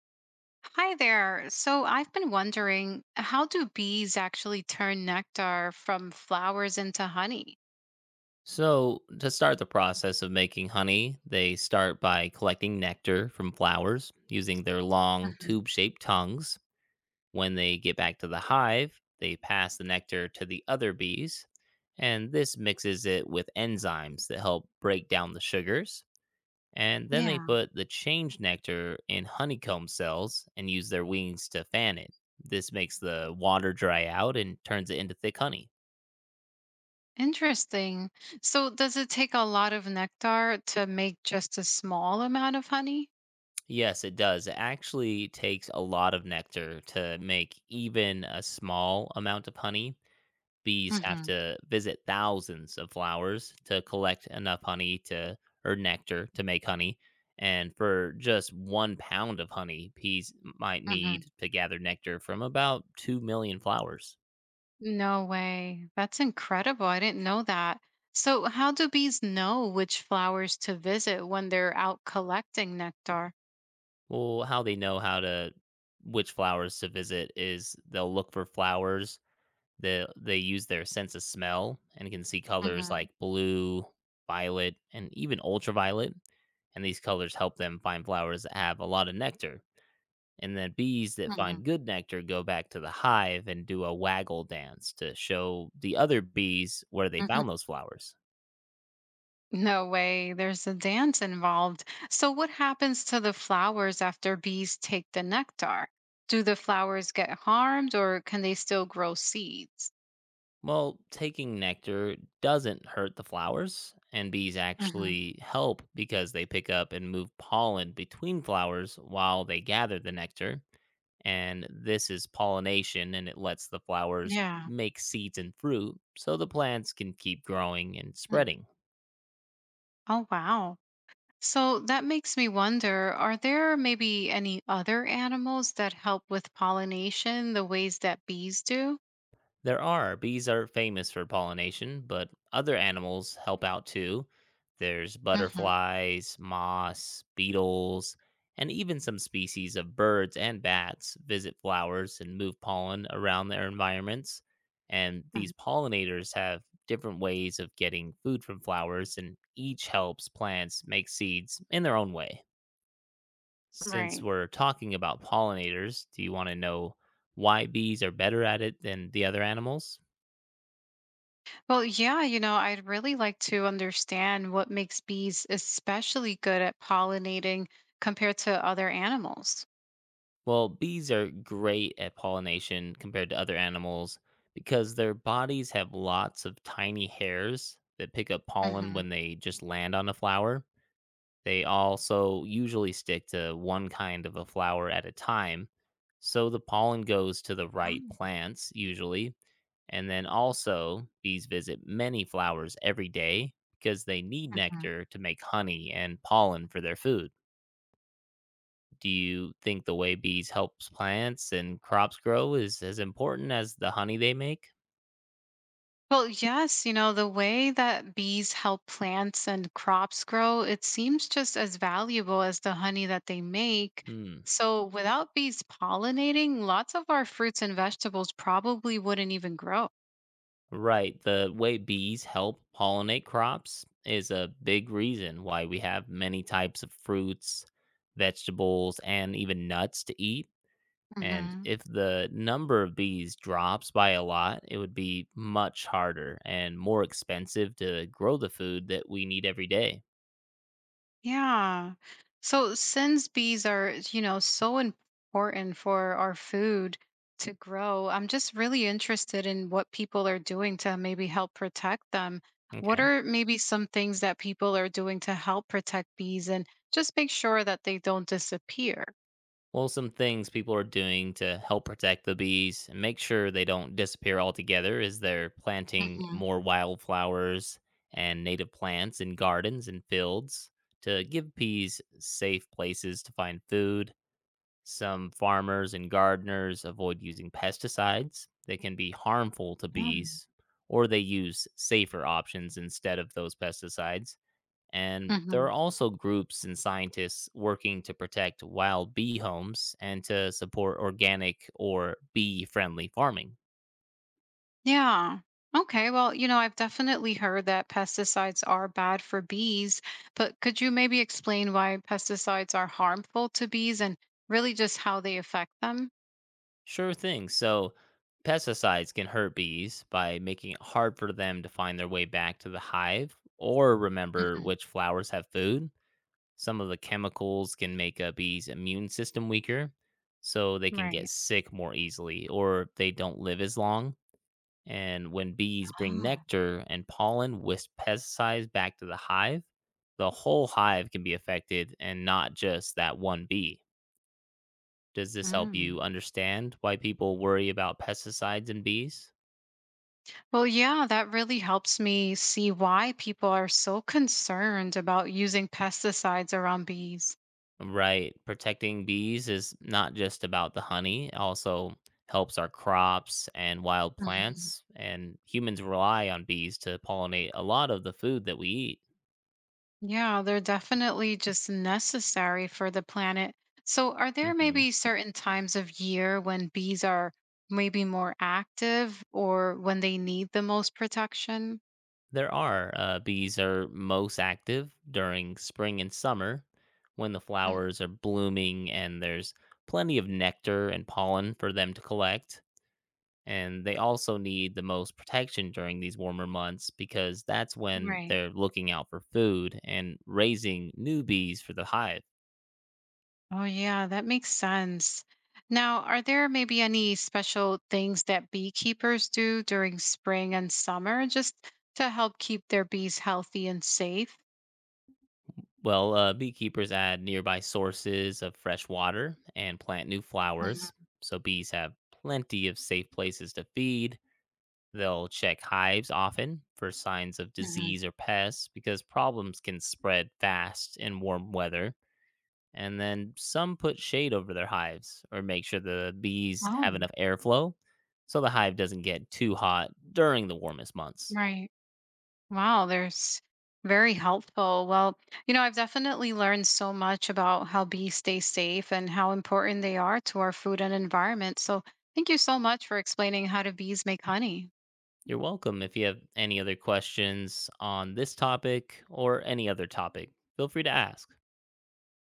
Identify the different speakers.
Speaker 1: Hi there. So I've been wondering, how do bees actually turn nectar from flowers into honey?
Speaker 2: So, to start the process of making honey, they start by collecting nectar from flowers using their long
Speaker 1: Mhm.
Speaker 2: tube shaped tongues. When they get back to the hive, they pass the nectar to the other bees, and this mixes it with enzymes that help break down the sugars. And then they
Speaker 1: Yeah,
Speaker 2: put the changed nectar in honeycomb cells and use their wings to fan it. This makes the water dry out and turns it into thick honey.
Speaker 1: interesting. So does it take a lot of nectar to make just a small amount of honey?
Speaker 2: Yes, it does. It actually takes a lot of nectar to make even a small amount of honey. Bees have
Speaker 1: Hmm.
Speaker 2: to visit thousands of flowers to collect enough honey to, or nectar to, make honey. And for just 1 pound of honey, bees might
Speaker 1: Hmm.
Speaker 2: need to gather nectar from about 2 million flowers.
Speaker 1: No way. That's incredible. I didn't know that. So how do bees know which flowers to visit when they're out collecting nectar?
Speaker 2: Well, how they know how to which flowers to visit is they'll look for flowers. They use their sense of smell and can see colors
Speaker 1: Hmm.
Speaker 2: like blue, violet, and even ultraviolet, and these colors help them find flowers that have a lot of nectar. And then bees that
Speaker 1: Hmm.
Speaker 2: find good nectar go back to the hive and do a waggle dance to show the other bees where they
Speaker 1: Hmm.
Speaker 2: found those flowers.
Speaker 1: No way. There's a dance involved. So, what happens to the flowers after bees take the nectar? Do the flowers get harmed or can they still grow seeds?
Speaker 2: Well, taking nectar doesn't hurt the flowers, and bees
Speaker 1: Hmm.
Speaker 2: actually help because they pick up and move pollen between flowers while they gather the nectar, and this is pollination, and it lets the flowers
Speaker 1: Yeah.
Speaker 2: make seeds and fruit so the plants can keep growing and
Speaker 1: Mm.
Speaker 2: spreading.
Speaker 1: Oh, wow. So, that makes me wonder, are there maybe any other animals that help with pollination the ways that bees do?
Speaker 2: There are. Bees are famous for pollination, but other animals help out too. There's
Speaker 1: Hmm.
Speaker 2: butterflies, moths, beetles, and even some species of birds and bats visit flowers and move pollen around their environments. And these pollinators have different ways of getting food from flowers, and each helps plants make seeds in their own way. Since
Speaker 1: Right.
Speaker 2: we're talking about pollinators, do you want to know why bees are better at it than the other animals?
Speaker 1: Well, yeah, I'd really like to understand what makes bees especially good at pollinating compared to other animals.
Speaker 2: Well, bees are great at pollination compared to other animals because their bodies have lots of tiny hairs that pick up pollen
Speaker 1: Hmm.
Speaker 2: when they just land on a flower. They also usually stick to one kind of a flower at a time, so the pollen goes to the right plants, usually. And then also, bees visit many flowers every day because they need
Speaker 1: Hmm.
Speaker 2: nectar to make honey and pollen for their food. Do you think the way bees helps plants and crops grow is as important as the honey they make?
Speaker 1: Well, yes, the way that bees help plants and crops grow, it seems just as valuable as the honey that they make.
Speaker 2: Hmm.
Speaker 1: So without bees pollinating, lots of our fruits and vegetables probably wouldn't even grow.
Speaker 2: Right. The way bees help pollinate crops is a big reason why we have many types of fruits, vegetables, and even nuts to eat. And if the number of bees drops by a lot, it would be much harder and more expensive to grow the food that we need every day.
Speaker 1: Yeah. So since bees are so important for our food to grow, I'm just really interested in what people are doing to maybe help protect them. What are maybe some things that people are doing to help protect bees and just make sure that they don't disappear?
Speaker 2: Well, some things people are doing to help protect the bees and make sure they don't disappear altogether is they're planting
Speaker 1: Hmm.
Speaker 2: more wildflowers and native plants in gardens and fields to give bees safe places to find food. Some farmers and gardeners avoid using pesticides that can be harmful to
Speaker 1: Yeah.
Speaker 2: bees, or they use safer options instead of those pesticides. And there are
Speaker 1: Hmm.
Speaker 2: also groups and scientists working to protect wild bee homes and to support organic or bee friendly farming.
Speaker 1: Yeah. Okay. Well, I've definitely heard that pesticides are bad for bees, but could you maybe explain why pesticides are harmful to bees and really just how they affect them?
Speaker 2: Sure thing. So, pesticides can hurt bees by making it hard for them to find their way back to the hive or remember
Speaker 1: Hmm.
Speaker 2: which flowers have food. Some of the chemicals can make a bee's immune system weaker, so they can get
Speaker 1: Right.
Speaker 2: sick more easily or they don't live as long. And when bees bring
Speaker 1: Oh.
Speaker 2: nectar and pollen with pesticides back to the hive, the whole hive can be affected and not just that one bee. Does this help
Speaker 1: Mm.
Speaker 2: you understand why people worry about pesticides and bees?
Speaker 1: Well, yeah, that really helps me see why people are so concerned about using pesticides around bees.
Speaker 2: Right. Protecting bees is not just about the honey, it also helps our crops and wild plants. And humans rely on bees to pollinate a lot of the food that we eat.
Speaker 1: Yeah, they're definitely just necessary for the planet. So, are there
Speaker 2: Mhm.
Speaker 1: maybe certain times of year when bees are maybe more active or when they need the most protection?
Speaker 2: There are. Bees are most active during spring and summer when the
Speaker 1: Mm.
Speaker 2: flowers are blooming and there's plenty of nectar and pollen for them to collect. And they also need the most protection during these warmer months because that's when
Speaker 1: Right.
Speaker 2: they're looking out for food and raising new bees for the hive.
Speaker 1: Oh, yeah, that makes sense. Now, are there maybe any special things that beekeepers do during spring and summer just to help keep their bees healthy and safe?
Speaker 2: Well, beekeepers add nearby sources of fresh water and plant new
Speaker 1: Mhm,
Speaker 2: flowers so bees have plenty of safe places to feed. They'll check hives often for signs of
Speaker 1: mhm.
Speaker 2: disease or pests because problems can spread fast in warm weather. And then some put shade over their hives or make sure the bees have
Speaker 1: Oh,
Speaker 2: enough airflow so the hive doesn't get too hot during the warmest months.
Speaker 1: right. Wow, there's very helpful. Well, I've definitely learned so much about how bees stay safe and how important they are to our food and environment. So, thank you so much for explaining how do bees make honey.
Speaker 2: You're welcome. If you have any other questions on this topic or any other topic, feel free to ask.